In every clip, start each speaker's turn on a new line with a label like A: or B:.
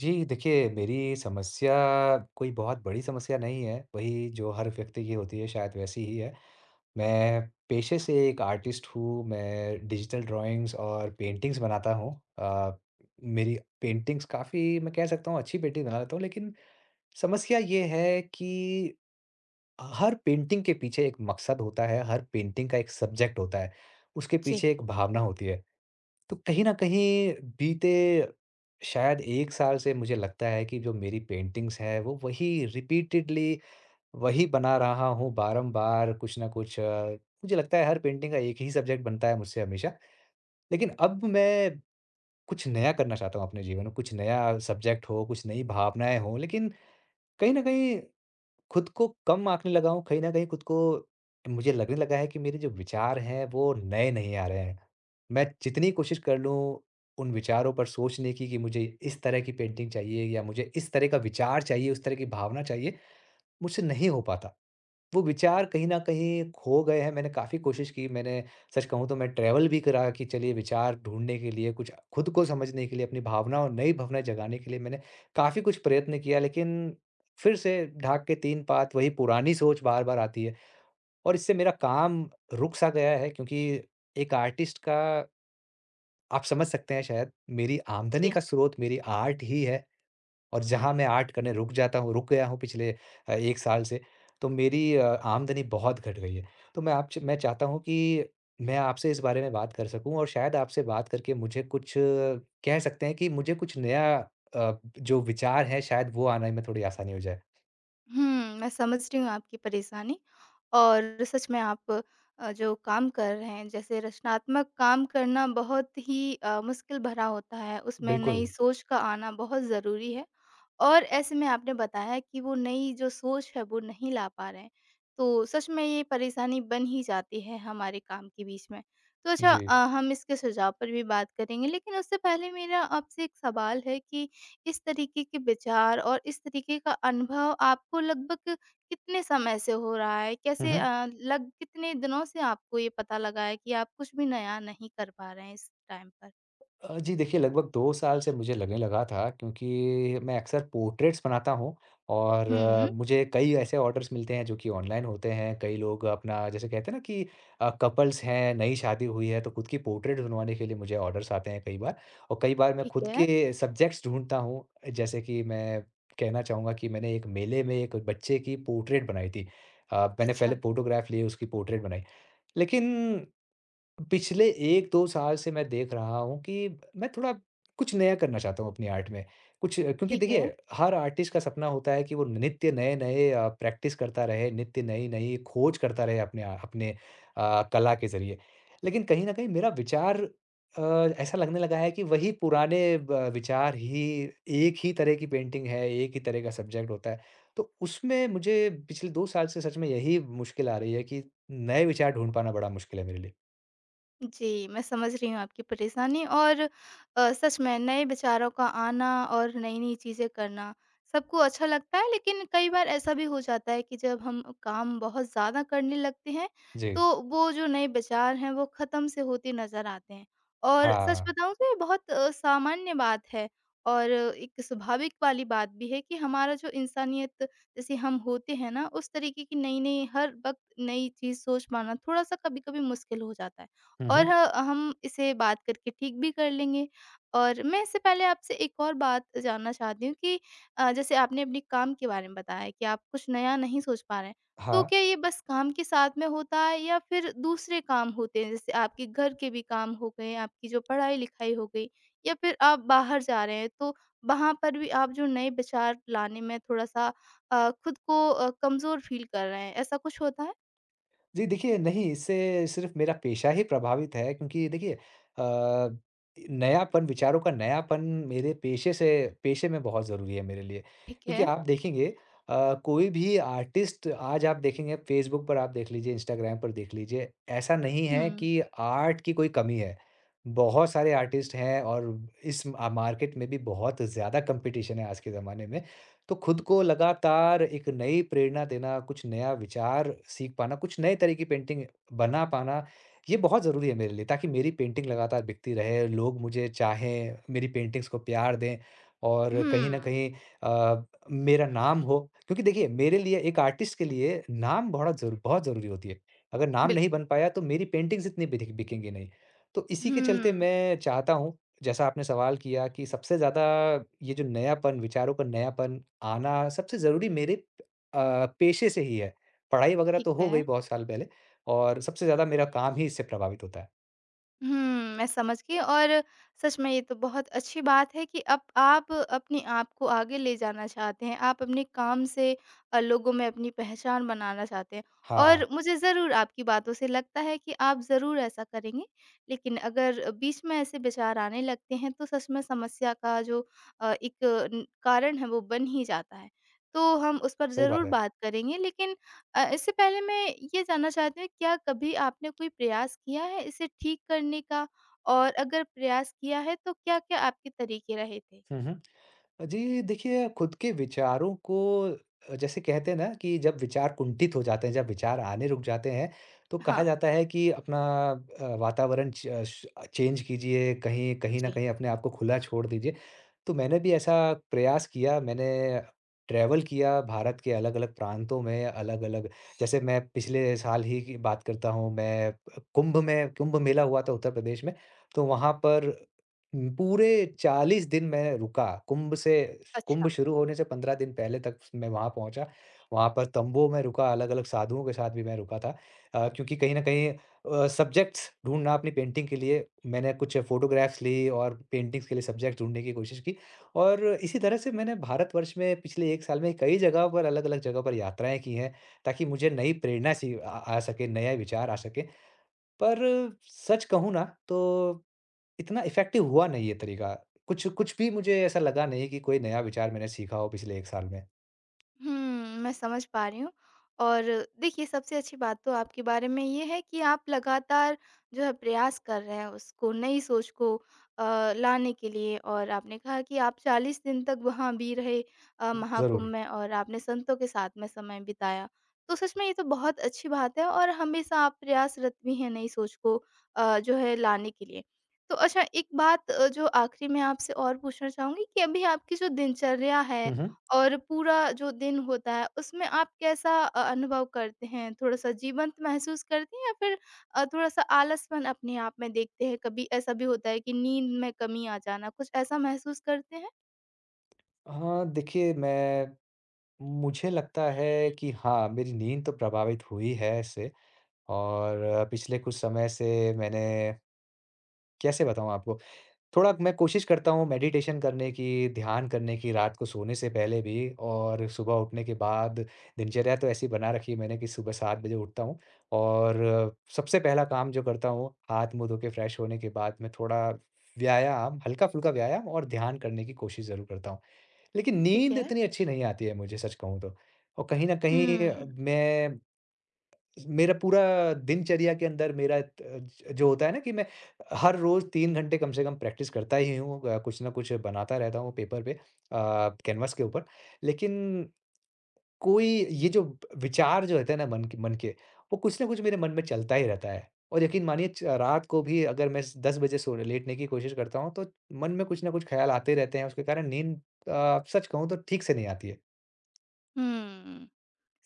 A: जी, देखिए मेरी समस्या कोई बहुत बड़ी समस्या नहीं है, वही जो हर व्यक्ति की होती है शायद वैसी ही है। मैं पेशे से एक आर्टिस्ट हूँ, मैं डिजिटल ड्राइंग्स और पेंटिंग्स बनाता हूँ। अ, मेरी पेंटिंग्स काफ़ी मैं कह सकता हूँ अच्छी पेंटिंग बना लेता हूँ, लेकिन समस्या ये है कि हर पेंटिंग के पीछे एक मकसद होता है, हर पेंटिंग का एक सब्जेक्ट होता है, उसके
B: जी,
A: पीछे एक भावना होती है। तो कहीं न कहीं बीते शायद 1 साल से मुझे लगता है कि जो मेरी पेंटिंग्स हैं वो वही रिपीटेडली वही बना रहा हूँ बारम-बार कुछ न कुछ मुझे लगता है हर पेंटिंग का एक ही सब्जेक्ट बनता है मुझसे हमेशा। लेकिन अब मैं कुछ नया करना चाहता हूँ अपने जीवन में, कुछ नया सब्जेक्ट हो, कुछ नई भावनाएँ हों, लेकिन कहीं न कहीं खुद को कम आँकने लगा हूँ, कहीं न कहीं खुद को मुझे लगने लगा है कि मेरे जो विचार हैं, वो नए नहीं आ रहे हैं। मैं जितनी कोशिश कर लूँ, उन विचारों पर सोचने की कि मुझे इस तरह की पेंटिंग चाहिए या मुझे इस तरह का विचार चाहिए, उस तरह की भावना चाहिए, मुझसे नहीं हो पाता। वो विचार कहीं न कहीं खो गए हैं, मैंने काफ़ी कोशिश की, मैंने सच कहूँ तो मैं ट्रैवल भी करा कि चलिए विचार ढूँढने के लिए, कुछ खुद को समझने के लिए, अपनी भावनाओं नई भावनाएँ जगाने के लिए मैंने काफ़ी कुछ प्रयत्न किया, लेकिन फिर से ढाक के 3 पात वही पुरानी सोच बार-बार आती है और इससे मेरा काम रुक-सा गया है क्योंकि एक आर्टिस्ट का आप समझ सकते हैं शायद, मेरी आमदनी
B: जी।
A: का स्रोत मेरी आर्ट ही है। और जहाँ मैं आर्ट करने रुक जाता हूँ रुक गया हूँ पिछले 1 साल से, तो मेरी आमदनी बहुत घट गई है। तो मैं आपसे मैं चाहता हूँ कि मैं आपसे इस बारे में बात कर सकूँ और शायद आपसे बात करके मुझे कुछ कह सकते हैं कि मुझे कुछ नया जो विचार है शायद वो आने में थोड़ी आसानी हो जाए।
B: मैं समझ रही हूँ आपकी परेशानी। और सच में आप जो काम कर रहे हैं जैसे रचनात्मक काम करना बहुत ही मुश्किल भरा होता है, उसमें
A: बिल्कुल।
B: नई सोच का आना बहुत ज़रूरी है। और ऐसे में आपने बताया कि वो नई जो सोच है वो नहीं ला पा रहे हैं, तो सच में ये परेशानी बन ही जाती है हमारे काम के बीच में। तो अच्छा
A: जी।
B: हम इसके सुझाव पर भी बात करेंगे, लेकिन उससे पहले मेरा आपसे एक सवाल है कि इस तरीके के विचार और इस तरीके का अनुभव आपको लगभग कितने समय से हो रहा है?
A: हुँ,
B: कैसे
A: हुँ।
B: अ, लग कितने दिनों से आपको ये पता लगा है कि आप कुछ भी नया नहीं कर पा रहे हैं इस टाइम पर?
A: जी देखिए लगभग 2 साल से मुझे लगने लगा था क्योंकि मैं अक्सर पोर्ट्रेट्स बनाता हूँ और
B: हुँ,
A: मुझे कई ऐसे ऑर्डर्स मिलते हैं जो कि ऑनलाइन होते हैं। कई लोग अपना जैसे कहते हैं ना कि कपल्स हैं, नई शादी हुई है तो खुद की पोर्ट्रेट बनवाने के लिए मुझे ऑर्डर्स आते हैं कई बार। और कई बार मैं
B: ठीक
A: खुद
B: है।
A: के सब्जेक्ट्स ढूँढता हूँ जैसे कि मैं कहना चाहूँगा कि मैंने एक मेले में एक बच्चे की पोर्ट्रेट बनाई थी। मैंने
B: अच्छा,
A: पहले फ़ोटोग्राफ लिए उसकी पोर्ट्रेट बनाई। लेकिन पिछले 1-2 साल से मैं देख रहा हूँ कि मैं थोड़ा कुछ नया करना चाहता हूँ अपनी आर्ट में। कुछ क्योंकि
B: ठीक
A: देखिए,
B: है।
A: हर आर्टिस्ट का सपना होता है कि वो नित्य नए-नए प्रैक्टिस करता रहे, नित्य नई-नई खोज करता रहे अपने कला के ज़रिए। लेकिन कहीं न कहीं मेरा विचार अ, ऐसा लगने लगा है कि वही पुराने ब विचार ही एक ही तरह की पेंटिंग है, एक ही तरह का सब्जेक्ट होता है। तो उसमें मुझे पिछले 2 साल से सच में यही मुश्किल आ रही है कि नए विचार ढूँढ पाना बड़ा मुश्किल है मेरे लिए।
B: जी, मैं समझ रही हूँ आपकी परेशानी, और सच में नए विचारों का आना और नई-नई चीज़ें करना सबको अच्छा लगता है, लेकिन कई बार ऐसा भी हो जाता है कि जब हम काम बहुत ज़्यादा करने लगते हैं,
A: जी।
B: तो वो जो नए विचार हैं, वो ख़त्म से होते नज़र आते हैं। और सच
A: हाँ।
B: बताऊँ तो ये बहुत सामान्य बात है, और एक स्वाभाविक वाली बात भी है कि हमारा जो इंसानियत जैसे हम होते हैं ना, उस तरीके की नई-नई हर वक़्त नई चीज़ सोच पाना थोड़ा-सा कभी-कभी मुश्किल हो जाता है।
A: हुँ,
B: और
A: हुँ।
B: ह हम इसे बात करके ठीक भी कर लेंगे। और मैं इससे पहले आपसे एक और बात जानना चाहती हूँ कि जैसे आपने अपने काम के बारे में बताया कि आप कुछ नया नहीं सोच पा रहे हैं। तो
A: हाँ।
B: क्या ये बस काम के साथ में होता है या फिर दूसरे काम होते हैं? जैसे आपके घर के भी काम हो गए, आपकी जो पढ़ाई-लिखाई हो गई, या फिर आप बाहर जा रहे हैं तो वहाँ पर भी आप जो नए विचार लाने में खुद को कमज़ोर फ़ील कर रहे हैं, ऐसा कुछ होता है?
A: जी, देखिए नहीं इससे सिर्फ़ मेरा पेशा ही प्रभावित है क्योंकि देखिए नयापन विचारों का नयापन मेरे पेशे से पेशे में बहुत ज़रूरी है मेरे लिए।
B: ठीक
A: क्योंकि
B: है।
A: आप देखेंगे कोई भी आर्टिस्ट आज आप देखेंगे फ़ेसबुक पर आप देख लीजिए, इंस्टाग्राम पर देख लीजिए, ऐसा नहीं है
B: हुँ।
A: कि आर्ट की कोई कमी है। बहुत सारे आर्टिस्ट हैं और इस मार्केट में भी बहुत ज़्यादा कॉम्पिटिशन है आज के ज़माने में। तो खुद को लगातार एक नई प्रेरणा देना, कुछ नया विचार सीख पाना, कुछ नए तरह की पेंटिंग बना पाना, ये बहुत ज़रूरी है मेरे लिए ताकि मेरी पेंटिंग लगातार बिकती रहे, लोग मुझे चाहें, मेरी पेंटिंग्स को प्यार दें और कहीं न
B: हुँ,
A: कहीं अ, मेरा नाम हो। क्योंकि देखिए, मेरे लिए एक आर्टिस्ट के लिए नाम बड़ा ज़रू बहुत ज़रूरी होती है। अगर नाम नहीं
B: बिल्कुल।
A: बन पाया तो मेरी पेंटिंग्स इतनी बिदिक बिकेंगी नहीं। तो इसी के चलते
B: हुँ,
A: मैं चाहता हूँ जैसा आपने सवाल किया कि सबसे ज़्यादा ये जो नयापन विचारों का नयापन आना सबसे ज़रूरी मेरे पेशे से ही है। पढ़ाई वगैरह
B: ठीक
A: तो हो गई
B: है।
A: बहुत साल पहले और सबसे ज़्यादा मेरा काम ही इससे प्रभावित होता है।
B: मैं समझ गई, और सच में ये तो बहुत अच्छी बात है कि अब आप अपने आप को आगे ले जाना चाहते हैं। आप अपने काम से लोगों में अपनी पहचान बनाना चाहते हैं, और
A: हाँ,
B: मुझे ज़रूर आपकी बातों से लगता है कि आप ज़रूर ऐसा करेंगे। लेकिन अगर बीच में ऐसे विचार आने लगते हैं तो सच में समस्या का जो एक न कारण है वो बन ही जाता है। तो हम उस पर
A: सही
B: ज़रूर
A: बात है।
B: बात करेंगे, लेकिन इससे पहले मैं ये जानना चाहती हूँ, क्या कभी आपने कोई प्रयास किया है इसे ठीक करने का? और अगर प्रयास किया है तो क्या-क्या आपके तरीके रहे थे?
A: हुँ, हुँ। जी, देखिए खुद के विचारों को जैसे कहते हैं ना कि जब विचार कुंठित हो जाते हैं, जब विचार आने रुक जाते हैं, तो कहा
B: हाँ।
A: जाता है कि अपना वातावरण च अ, श चेंज कीजिए, कहीं कहीं न
B: जी,
A: कहीं अपने आप को खुला छोड़ दीजिए। तो मैंने भी ऐसा प्रयास किया, मैंने ट्रैवल किया भारत के अलग-अलग प्रांतों में, अलग-अलग जैसे मैं पिछले साल ही की बात करता हूँ, मैं कुंभ में कुंभ मेला हुआ था उत्तर प्रदेश में, तो वहाँ पर पूरे 40 दिन मैं रुका। कुंभ
B: अच्छा।
A: शुरू होने से 15 दिन पहले तक मैं वहाँ पहुँचा। वहाँ पर तंबू में रुका, अलग-अलग साधुओं के साथ भी मैं रुका था। क्योंकि कहीं न कहीं सब्जेक्ट्स ढूँढना अपनी पेंटिंग के लिए मैंने कुछ फ़ोटोग्राफ्स ली और पेंटिंग्स के लिए सब्जेक्ट ढूँढने की कोशिश की। और इसी तरह से मैंने भारतवर्ष में पिछले 1 साल में कई जगह पर अलग-अलग जगह पर यात्राएँ की हैं, ताकि मुझे नई प्रेरणा सी आ आ सके, नए विचार आ सकें। पर सच कहूँ ना, तो इतना इफ़ेक्टिव हुआ नहीं ये तरीका। कुछ कुछ भी मुझे ऐसा लगा नहीं कि कोई नया विचार मैंने सीखा हो पिछले 1 साल में।
B: हुँ, मैं समझ पा रही हूँ, और देखिए सबसे अच्छी बात तो आपके बारे में ये है कि आप लगातार जो है प्रयास कर रहे हैं उसको, नई सोच को लाने के लिए। और आपने कहा कि आप 40 दिन तक वहाँ भी रहे महाकुंभ
A: ज़रूर।
B: में, और आपने संतों के साथ में समय बिताया। तो सच में ये तो बहुत अच्छी बात है, और हमेशा आप प्रयासरत भी हैं नई सोच को जो है लाने के लिए। तो अच्छा, एक बात जो आखिरी में आपसे और पूछना चाहूँगी कि अभी आपकी जो दिनचर्या है
A: हुँ, हुँ।
B: और पूरा जो दिन होता है उसमें आप कैसा अनुभव करते हैं? थोड़ा-सा जीवंत महसूस करते हैं या फिर थोड़ा-सा आलसपन अपने आप में देखते हैं? कभी ऐसा भी होता है कि नींद में कमी आ जाना, कुछ ऐसा महसूस करते हैं?
A: हाँ, देखिए मैं मुझे लगता है कि हाँ, मेरी नींद तो प्रभावित हुई है इससे और पिछले कुछ समय से मैंने कैसे बताऊँ आपको? थोड़ा मैं कोशिश करता हूँ मेडिटेशन करने की, ध्यान करने की रात को सोने से पहले भी और सुबह उठने के बाद दिनचर्या तो ऐसी बना रखी है मैंने कि सुबह 7 बजे उठता हूँ और सबसे पहला काम जो करता हूँ, हाथ-मुँह धो के फ्रेश होने के बाद मैं थोड़ा व्यायाम, हल्का-फुल्का व्यायाम और ध्यान करने की कोशिश ज़रूर करता हूँ। लेकिन
B: ठीक
A: नींद
B: है।
A: इतनी अच्छी नहीं आती है मुझे सच कहूँ तो और कहीं न कहीं
B: हुँ,
A: मैं मेरा पूरा दिनचर्या के अंदर मेरा अ, ज जो होता है ना कि मैं हर रोज़ 3 घंटे कम से कम प्रैक्टिस करता ही हूँ कुछ न कुछ बनाता रहता हूँ पेपर पे कैनवास के ऊपर। लेकिन कोई ये जो विचार जो रहते हैं ना मन के, वो कुछ न कुछ मेरे मन में चलता ही रहता है। और यकीन मानिए च रात को भी अगर मैं स 10 बजे सो लेटने की कोशिश करता हूँ तो मन में कुछ न कुछ ख़्याल आते रहते हैं, उसके कारण नींद सच कहूँ तो ठीक से नहीं आती है।
B: हुँ।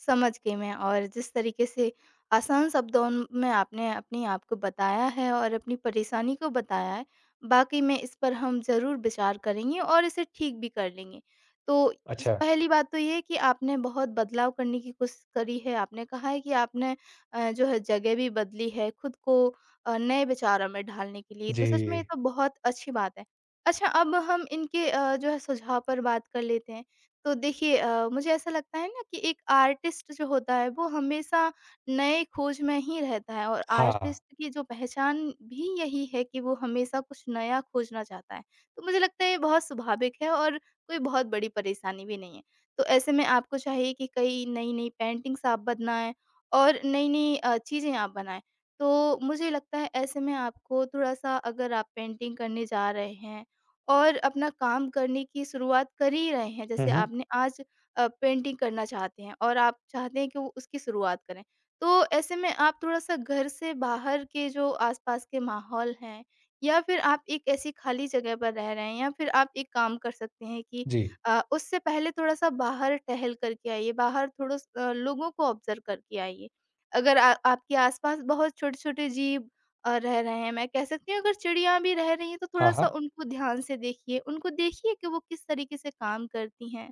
B: समझ गई मैं, और जिस तरीके से आसान शब्दों में आपने अपने आप को बताया है और अपनी परेशानी को बताया है, वाक़ई में इस पर हम ज़रूर विचार करेंगे और इसे ठीक भी कर लेंगे। तो इस
A: अच्छा।
B: पहली बात तो ये है कि आपने बहुत बदलाव करने की कोशिश करी है, आपने कहा है कि आपने जो है जगह भी बदली है खुद को नए विचारों में ढालने के लिए,
A: जी।
B: तो सच में ये तो बहुत अच्छी बात है। अच्छा, अब हम इनके जो है सुझाव पर बात कर लेते हैं। तो देखिए मुझे ऐसा लगता है ना कि एक आर्टिस्ट जो होता है वो हमेशा नए खोज में ही रहता है, और
A: हाँ।
B: आर्टिस्ट की जो पहचान भी यही है कि वो हमेशा कुछ नया खोजना चाहता है। तो मुझे लगता है ये बहुत स्वाभाविक है, और कोई बहुत बड़ी परेशानी भी नहीं है। तो ऐसे में आपको चाहिए कि कई नई-नई पेंटिंग्स आप बनाएँ और नई-नई चीज़ें आप बनाएँ। तो मुझे लगता है ऐसे में आपको थोड़ा-सा, अगर आप पेंटिंग करने जा रहे हैं और अपना काम करने की शुरुआत कर ही रहे हैं।
A: हुँ,
B: जैसे
A: हुँ।
B: आपने आज पेंटिंग करना चाहते हैं और आप चाहते हैं कि वो उसकी शुरुआत करें। तो ऐसे में आप थोड़ा-सा घर से बाहर के जो आस-पास के माहौल हैं, या फिर आप एक ऐसी खाली जगह पर रह रहे हैं, या फिर आप एक काम कर सकते हैं कि
A: जी।
B: उससे पहले थोड़ा-सा बाहर टहल करके आइए, बाहर लोगों को ऑब्ज़र्व करके आइए। अगर आ आपके आस-पास बहुत छोटे-छोटे जीव रह रहे हैं। मैं कह सकती हूँ अगर चिड़िया भी रह रही हैं तो
A: हाँ,
B: थोड़ा-सा
A: हाँ।
B: उनको ध्यान से देखिए। उनको देखिए कि वो किस तरीके से काम करती हैं।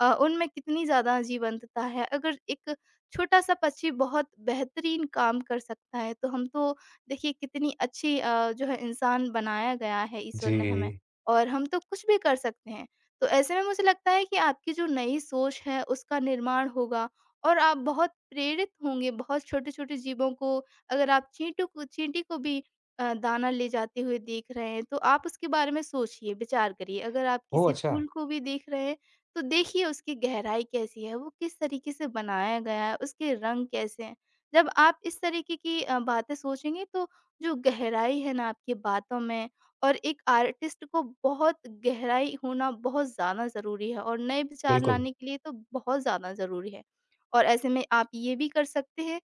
B: उनमें कितनी ज़्यादा जीवंतता है। अगर एक छोटा-सा पक्षी बहुत बेहतरीन काम कर सकता है, तो हम तो देखिए कितनी अच्छी जो है इंसान बनाया गया है, ईश्वर ने हमें,
A: जी।
B: और हम तो कुछ भी कर सकते हैं। तो ऐसे में मुझे लगता है कि आपकी जो नई सोच है उसका निर्माण होगा, और आप बहुत प्रेरित होंगे। बहुत छोटे-छोटे जीवों को, अगर आप चींटू को, चींटी को भी दाना ले जाते हुए देख रहे हैं, तो आप उसके बारे में सोचिए, विचार करिए। अगर आप
A: ओह!
B: किसी
A: अच्छा,
B: फूल को भी देख रहे हैं, तो देखिए उसकी गहराई कैसी है, वो किस तरीके से बनाया गया है, उसके रंग कैसे हैं। जब आप इस तरीके की बातें सोचेंगे, तो जो गहराई है ना आपकी बातों में, और एक आर्टिस्ट को बहुत गहराई होना बहुत ज़्यादा ज़रूरी है, और नए विचार
A: बिल्कुल।
B: लाने के लिए तो बहुत ज़्यादा ज़रूरी है। और ऐसे में आप ये भी कर सकते हैं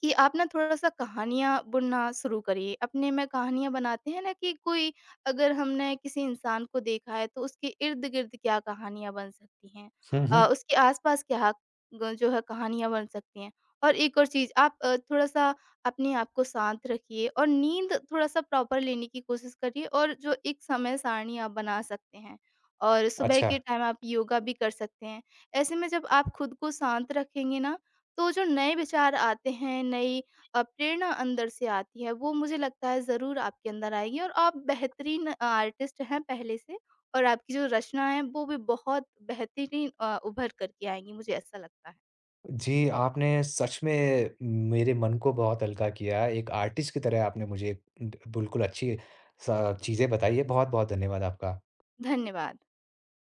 B: कि आप ना थोड़ा-सा कहानियाँ बुनना शुरू करिए। अपने में कहानियाँ बनाते हैं ना कि कोई, अगर हमने किसी इंसान को देखा है, तो उसके इर्द-गिर्द क्या कहानियाँ बन सकती हैं।
A: हुँ, हुँ।
B: उसके आस-पास क्या ग जो है कहानियाँ बन सकती हैं। और एक और चीज़, आप थोड़ा-सा अपने आप को शांत रखिए, और नींद थोड़ा-सा प्रॉपर लेने की कोशिश करिए, और जो एक समय सारणी आप बना सकते हैं। और सुबह
A: अच्छा,
B: के टाइम आप योगा भी कर सकते हैं। ऐसे में जब आप खुद को शांत रखेंगे ना, तो जो नए विचार आते हैं, नई प्रेरणा अंदर से आती है, वो मुझे लगता है ज़रूर आपके अंदर आएगी। और आप बेहतरीन आर्टिस्ट हैं पहले से, और आपकी जो रचना है, वो भी बहुत बेहतरीन उभर कर के आएँगी, मुझे ऐसा लगता है।
A: जी आपने सच में मेरे मन को बहुत हल्का किया। एक आर्टिस्ट की तरह आपने मुझे ड बिल्कुल अच्छी स चीज़ें बताई हैं। बहुत-बहुत धन्यवाद आपका।
B: धन्यवाद।